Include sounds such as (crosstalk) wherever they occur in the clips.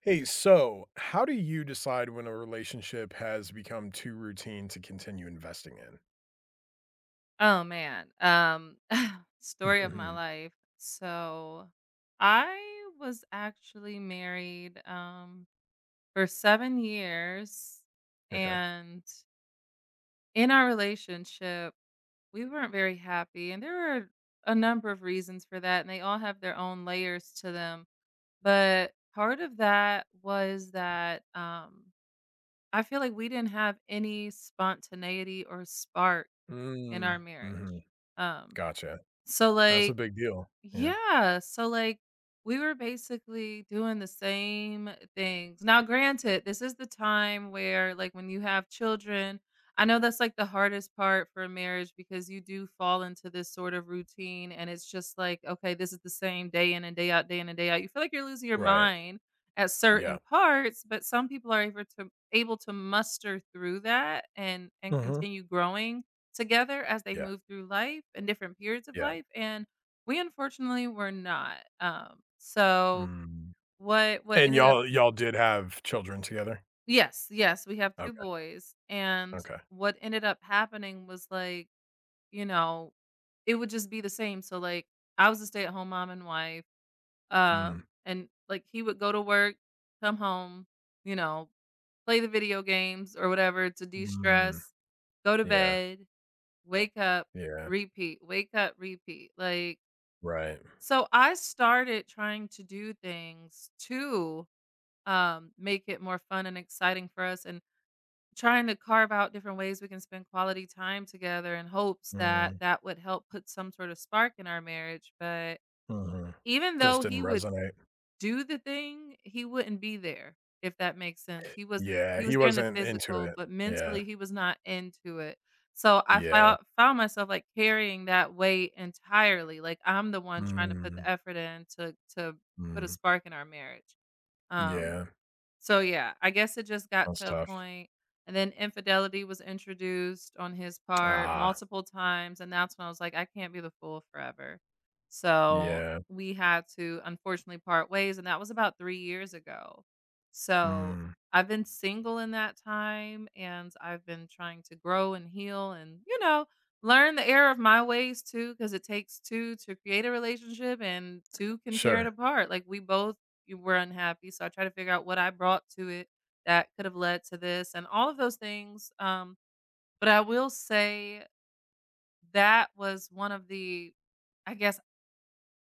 Hey, so how do you decide when a relationship has become too routine to continue investing in? Oh man. (laughs) (sighs) Story of my Mhm. life. So I was actually married for 7 years. Okay. And in our relationship we weren't very happy, and there were a number of reasons for that, and they all have their own layers to them. But part of that was that I feel like we didn't have any spontaneity or spark in our Mm, marriage. mhm. Um Gotcha. so That's a like big deal. Yeah. Yeah. So like we were basically doing the same things. Now, granted, this is the time where, like, when you have children, I know that's like the hardest part for a marriage, because you do fall into this sort of routine and it's just like, okay, this is the same day in and day out, day in and day out. You feel like you're losing your Right. mind at certain Yeah. parts, but some people are able to muster through that and Mhm. continue growing together as they Yeah. move through life and different periods of Yeah. life, and we unfortunately were not. So Mm. What And ended up y'all did have children together? Yes, yes, we have 2 Okay. boys, and Okay. what ended up happening was, like, you know, it would just be the same. So, like, I was a stay-at-home mom and wife, Mm. And, like, he would go to work, come home, you know, play the video games or whatever to Mm. de-stress, go to Yeah. bed, wake up, Yeah. Wake up, repeat, like. Right. So I started trying to do things to, make it more fun and exciting for us, and trying to carve out different ways we can spend quality time together in hopes that Mm. that would help put some sort of spark in our marriage. But Mhm. even though Just didn't he would resonate. do the thing, he wouldn't be there, if that makes sense. He was Yeah. he was He there in the wasn't into physical, it. but Yeah. mentally he was not into it. So I Yeah. Found myself, like, carrying that weight entirely, like, I'm the one trying to put the Mm. effort in to put a Mm. spark in our marriage. Um, Yeah. so yeah, I guess it just got That's to a tough. point, and then infidelity was introduced on his part Ah, multiple times, and that's when I was like, I can't be the fool forever. So yeah. we had to unfortunately part ways, and that was about 3 years ago. So Mm, I've been single in that time, and I've been trying to grow and heal and, you know, learn the error of my ways too, because it takes two to create a relationship and two can tear it sure. apart. Like, we both you were unhappy. So I try to figure out what I brought to it that could have led to this and all of those things. But I will say that was one of the, I guess,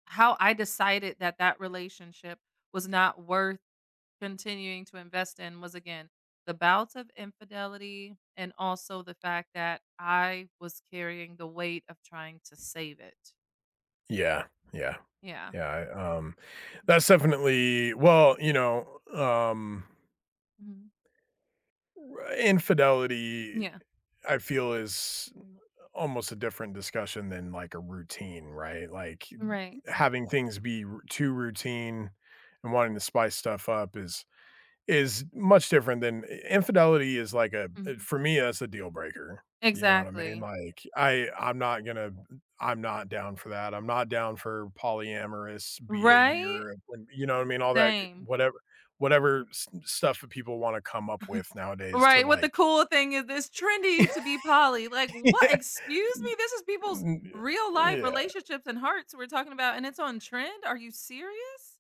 how I decided that that relationship was not worth continuing to invest in was, again, the bouts of infidelity and also the fact that I was carrying the weight of trying to save it. Yeah, yeah, Yeah. yeah, I, um, that's definitely Mhm. r infidelity, Yeah. I feel is almost a different discussion than, like, a routine, right? Like, Right. having things be r too routine and wanting to spice stuff up is much different than infidelity is like a Mhm. for me, that's a deal breaker, you know what I mean? Exactly. Like, I'm not gonna, I'm not down for that, I'm not down for polyamorous Right? behavior when you know what I mean? All that Same. whatever whatever s stuff that people wanna come up with nowadays to, Right, what the like, cool thing is, it's trendy to be (laughs) poly, like, what? yeah, Excuse me? This is people's mm, real life yeah. relationships and hearts we're talking about, and it's on trend? Are you serious?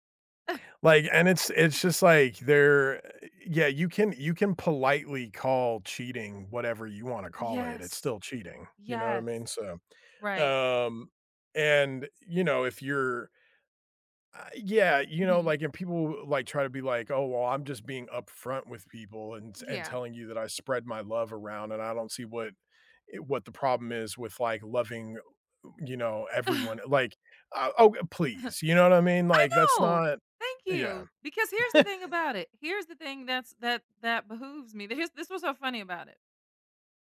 Like, and it's just like yeah, you can, you can politely call cheating whatever you wanna call it, it's Yes. still cheating, you know what I Yes. mean? So Right. Um, and, you know, if you're yeah, you know, Mhm. like, and people, like, try to be like, "Oh, well, I'm just being upfront with people and Yeah. telling you that I spread my love around, and I don't see what what the problem is with, like, loving, you know, everyone." (laughs) Like, "Oh, I please." You know what I mean? Like, that's know! not. Thank Yeah. you, because here's the thing about it. Here's the thing that behooves me. Here's this was so funny about it.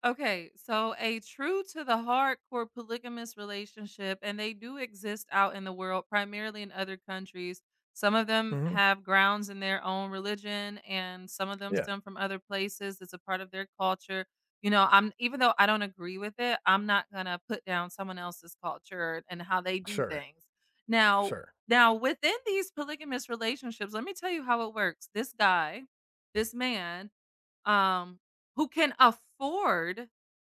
Okay, so a true to the hardcore polygamous relationship, and they do exist out in the world, primarily in other countries. Some of them Mhm. have grounds in their own religion, and some of them Yeah. stem from other places. It's a part of their culture. You know, I'm, even though I don't agree with it, I'm not gonna put down someone else's culture and how they do Sure. things. Now, Sure. now within these polygamous relationships, let me tell you how it works. This guy, this man, um, who can afford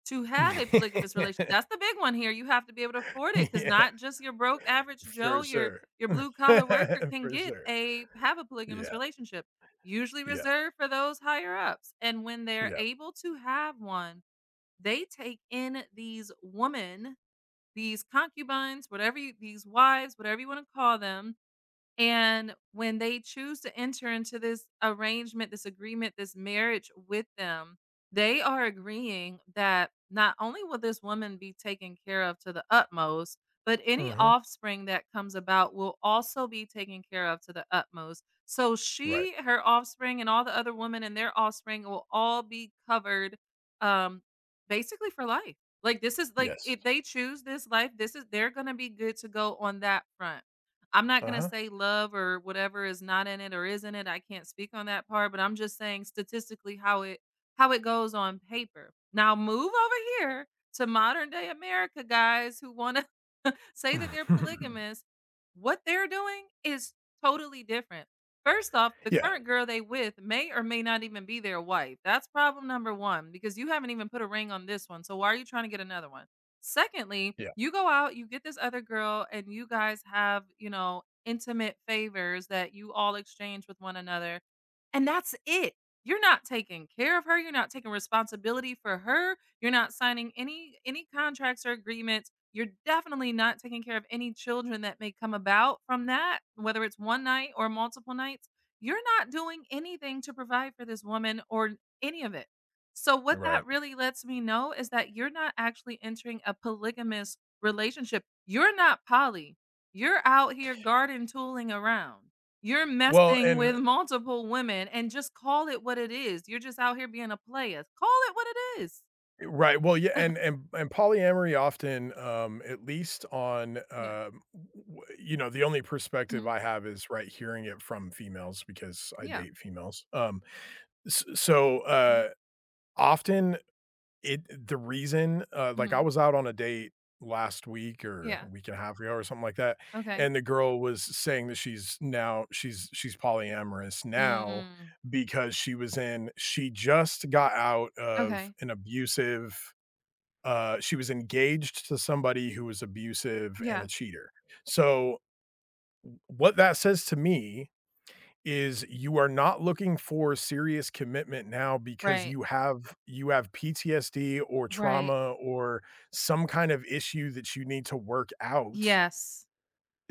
to have a polygamous relationship. (laughs) That's the big one here. You have to be able to afford it, because Yeah. not just your broke average Joe, For sure. your blue (laughs) collar worker For can get sure. a have a polygamous Yeah. relationship. Usually Yeah. reserved for those higher ups. And when they're Yeah. able to have one, they take in these women, these concubines, whatever you, these wives, whatever you want to call them, and when they choose to enter into this arrangement, this agreement, this marriage with them, they are agreeing that not only will this woman be taken care of to the utmost, but any Mhm. offspring that comes about will also be taken care of to the utmost. So Right. she, her offspring, and all the other women and their offspring will all be covered, um basically for life. Like, this is like, Yes. if they choose this life, this is, they're gonna be good to go on that front. I'm not gonna Uh-huh. say love or whatever is not in it or is in it. I can't speak on that part, but I'm just saying statistically how it goes on paper. Now move over here to modern day America, guys who wanna (laughs) say that they're (laughs) polygamous. What they're doing is totally different. First off, the Yeah, current girl they with may or may not even be their wife. That's problem number one, because you haven't even put a ring on this one. So why are you trying to get another one? Secondly, yeah, you go out, you get this other girl, and you guys have, you know, intimate favors that you all exchange with one another. And that's it. You're not taking care of her, you're not taking responsibility for her, you're not signing any contracts or agreements. You're definitely not taking care of any children that may come about from that, whether it's one night or multiple nights. You're not doing anything to provide for this woman or any of it. So what you're that right. really lets me know is that you're not actually entering a polygamous relationship. You're not poly. You're out here garden tooling around. You're Well, messing and with multiple women and just call it what it is. You're just out here being a player. Call it what it is. Right, well, yeah, and and polyamory often, at least on, Yeah. W you know, the only perspective Mhm. I have is, right, hearing it from females because I Yeah. date females, s so, Mhm. Often it the reason, like, I Mhm. was out on a date last week or Yeah. a week and a half ago or something like that, Okay. and the girl was saying that she's polyamorous now Mm. because she was in she just got out of Okay. an abusive she was engaged to somebody who was abusive and Yeah. a cheater. So, w what that says to me is you are not looking for serious commitment now because Right. you have PTSD or Right. trauma or some kind of issue that you need to work out. Yes.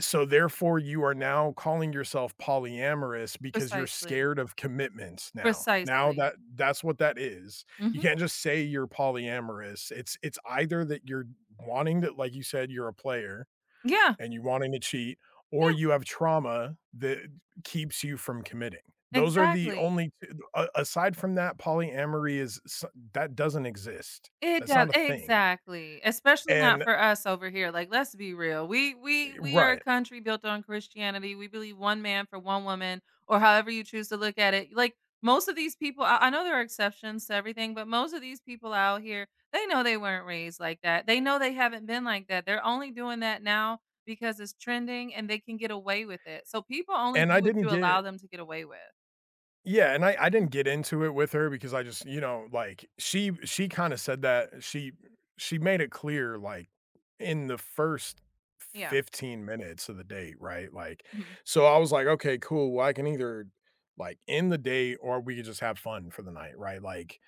So therefore, you are now calling yourself polyamorous because you're Precisely. scared of commitments now. Now Precisely. That's what that is. You Mhm. can't just say you're polyamorous. It's either that you're wanting that, like you said, you're a player Yeah. and you're wanting to cheat, or Yeah. you have trauma that keeps you from committing. Those are the Exactly. only t a aside from that, polyamory is s that doesn't exist. It That's does, not a thing, exactly, especially not and for us over here, like, let's be real, we are a right, country built on Christianity, we believe one man for one woman, or however you choose to look at it, like, most of these people, I know there are exceptions to everything, but most of these people out here, they know they weren't raised like that, they know they haven't been like that, they're only doing that now because it's trending and they can get away with it, so people only and do I what didn't you allow get them to get away with. yeah, and I didn't Mhm, get into it with her because I just, you know, like she kinda said that she made it clear, like, in the first yeah, 15 minutes of the date, right? Like, mhm, so I was like, "Okay, cool. Well, I can either, like, end the date or we could just have fun for the night," right? Like,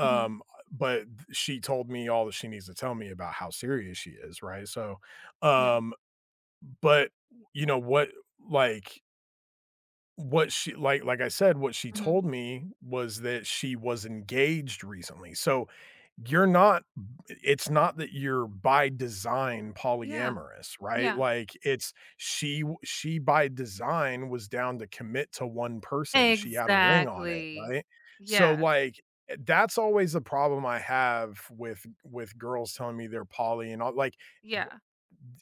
mhm, but th she told me all that she needs to tell me about how serious she is, right? So, yeah, um, but, you know, what like what she like I said, what she mhm, told me was that she was engaged recently. So you're not it's not that you're by design yeah, polyamorous, right? yeah. Like it's she w she by design was down to commit to one person. She had a ring on it, Exactly. right? So, Yeah, like, that's always the problem I have with girls telling me they're poly and all like, yeah.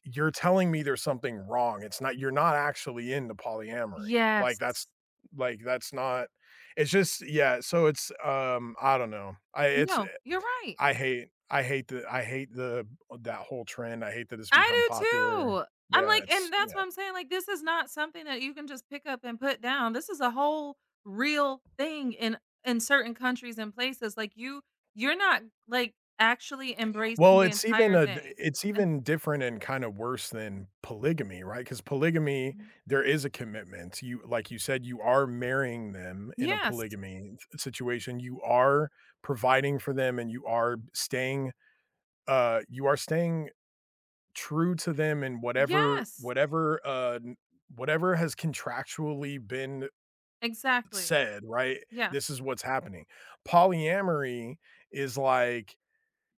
you're telling me there's something wrong. It's not you're not actually into polyamory. Yes. Like that's not it's just yeah, so it's I don't know. I it's No, you're right. I hate I hate the that whole trend. I hate that it's become I do popular. too. I'm Yeah, like, it's and that's yeah. what I'm saying, like, this is not something that you can just pick up and put down. This is a whole real thing in certain countries and places. Like, you, you're not, like, actually embracing Well, the entire thing. it's And even different and kinda worse than polygamy, right? Because polygamy, Mhm. there is a commitment. You like you said, you are marrying them in a Yes. polygamy s situation. You are providing for them, and you are staying true to them in whatever Yes. whatever, n whatever has contractually been Exactly. said, right? Yes. This is what's happening. Polyamory is like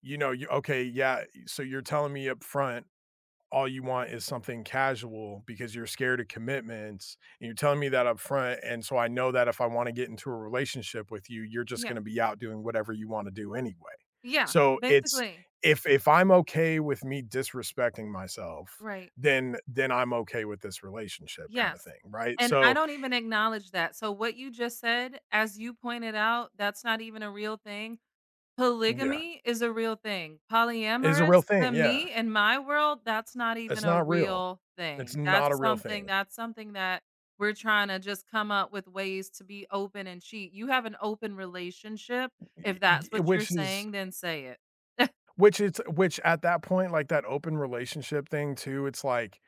you know, you okay, yeah, so you're telling me up front, all you want is something casual because you're scared of commitments, and you're telling me that up front, and so I know that if I wanna get into a relationship with you, you're just Yeah. gonna be out doing whatever you wanna do anyway. Yeah. So, it's Basically. If I'm okay with me disrespecting myself, Right. Then I'm okay with this relationship kinda Yes, thing, right? and I So don't even acknowledge that. So what you just said, as you pointed out, that's not even a real thing. yeah, Polygamy is a real thing. it's a real Polyamorous, to thing, yeah. me, in my world, that's not even It's a not real. real It's thing. not That's a real something thing, that we're trying to just come up with ways to be open and cheat. You have an open relationship. If y that's g what you're which is saying, then say it. which it's which at that point, like that open relationship thing too, it's like,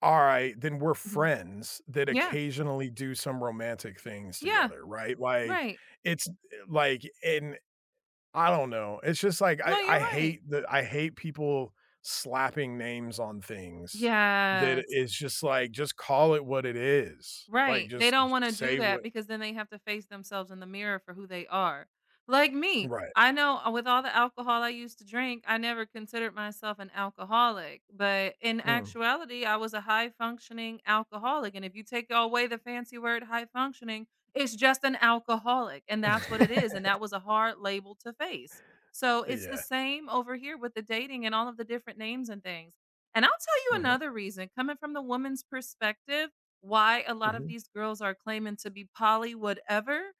all right, then we're Mhm. friends that Yeah. occasionally do some romantic things Yeah. together, right? Like Right. it's like and I don't know. It's just like No, you're right. I hate people slapping names on things that Yes. is just like just call it what it is. Like Right. They just don't wanna do say that what because then they have to face themselves in the mirror for who they are. Like me, right. I know, with all the alcohol I used to drink, I never considered myself an alcoholic, but in Mm. actuality, I was a high functioning alcoholic, and if you take away the fancy word high functioning, it's just an alcoholic, and that's what it is, (laughs) and that was a hard label to face. So, it's the Yeah. same over here with the dating and all of the different names and things. And I'll tell you Mhm. another reason, coming from the woman's perspective, why a lot of Mhm. these girls are claiming to be poly whatever,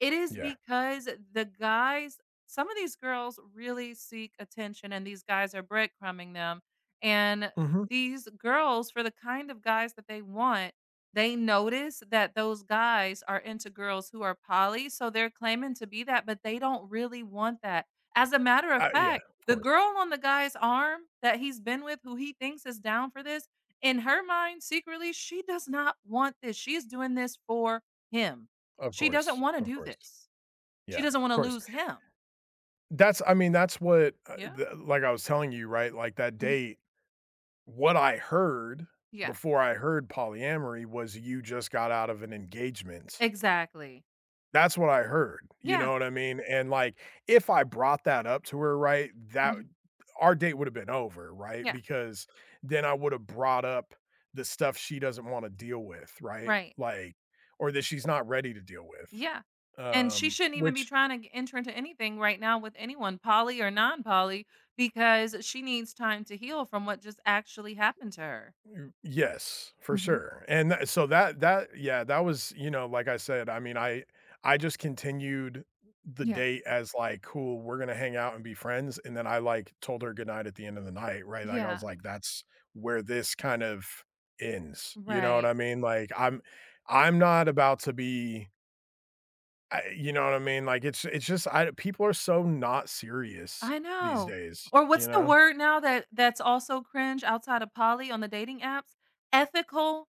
it is Yeah. because the guys some of these girls really seek attention and these guys are breadcrumbing them. And Mhm. these girls, for the kind of guys that they want, they notice that those guys are into girls who are poly. So they're claiming to be that, but they don't really want that. As a matter of Yeah, fact, of the course. girl on the guy's arm that he's been with, who he thinks is down for this, in her mind, secretly, she does not want this. She's doing this for him. Of She doesn't course, want to of do course. this. She Yeah, doesn't of want to course. lose him. That's I mean, that's what, Yeah. the like I was telling you, right? Like that Mhm. date, what I heard Yeah. before I heard polyamory was you just got out of an engagement. Exactly. That's what I heard, you Yeah. know what I mean? And like, if I brought that up to her, right, that Mhm. our date would have been over, right? Yeah. Because then I would have brought up the stuff she doesn't wanna deal with, right? Right. Like, or that she's not ready to deal with, Yeah. And she shouldn't even be which trying to enter into anything right now with anyone, poly or non poly, because she needs time to heal from what just actually happened to her. mm, yes, for hmm sure, and tha so that yeah, that was you know, like I said, I mean, I just continued the Yeah. date as, like, "Cool, we're gonna hang out and be friends," and then I, like, told her goodnight at the end of the night, right? Like, I was Yeah. like, "That's where this kind of ends," you know what Right. I mean? Like, I'm not about to be I you know what I mean? Like, it's just I people are so not serious I these know. days, Or you what's the know? word now that that's also cringe outside of poly on the dating apps? Ethical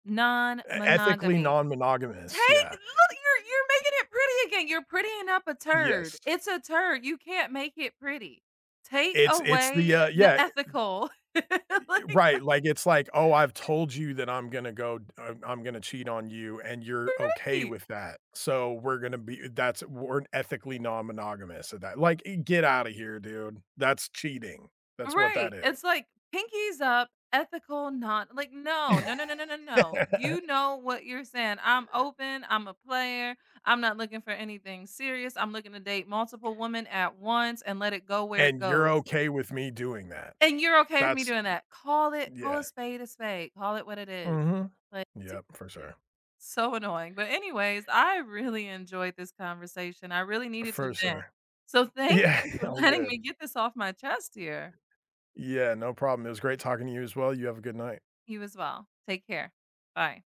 E ethically non-monogamy. non-monogamous, Take yeah. look, you're making it pretty again. You're prettying up a turd. Yes. It's a turd. You can't make it pretty. Take It's away yeah, the ethical. (laughs) Like, right, what are like, it's like, "Oh, I've told you that I'm gonna cheat on you, and you're okay you with that, so we're gonna be that's we're ethically non-monogamous at that." Like, get out of here, dude. That's cheating. That's what Right. that is. It's like pinkies up, ethical, not like no, no, no, no, no, no, no. You (laughs) know what you're saying. I'm open. I'm a player. I'm not looking for anything serious. I'm looking to date multiple women at once and let it go where it And you're goes. okay with me doing that. And you're okay with me That's doing that. Call it, call yeah. a spade a spade. Call it what it is. Mhm. Like, Yep, for seriously. sure. So annoying. But anyways, I really enjoyed this conversation. I really needed to For vent. sure. So thank Yeah, you (laughs) for (laughs) all letting good. me get this off my chest here. Yeah, no problem. It was great talking to you as well. You have a good night. You as well. Take care. Bye.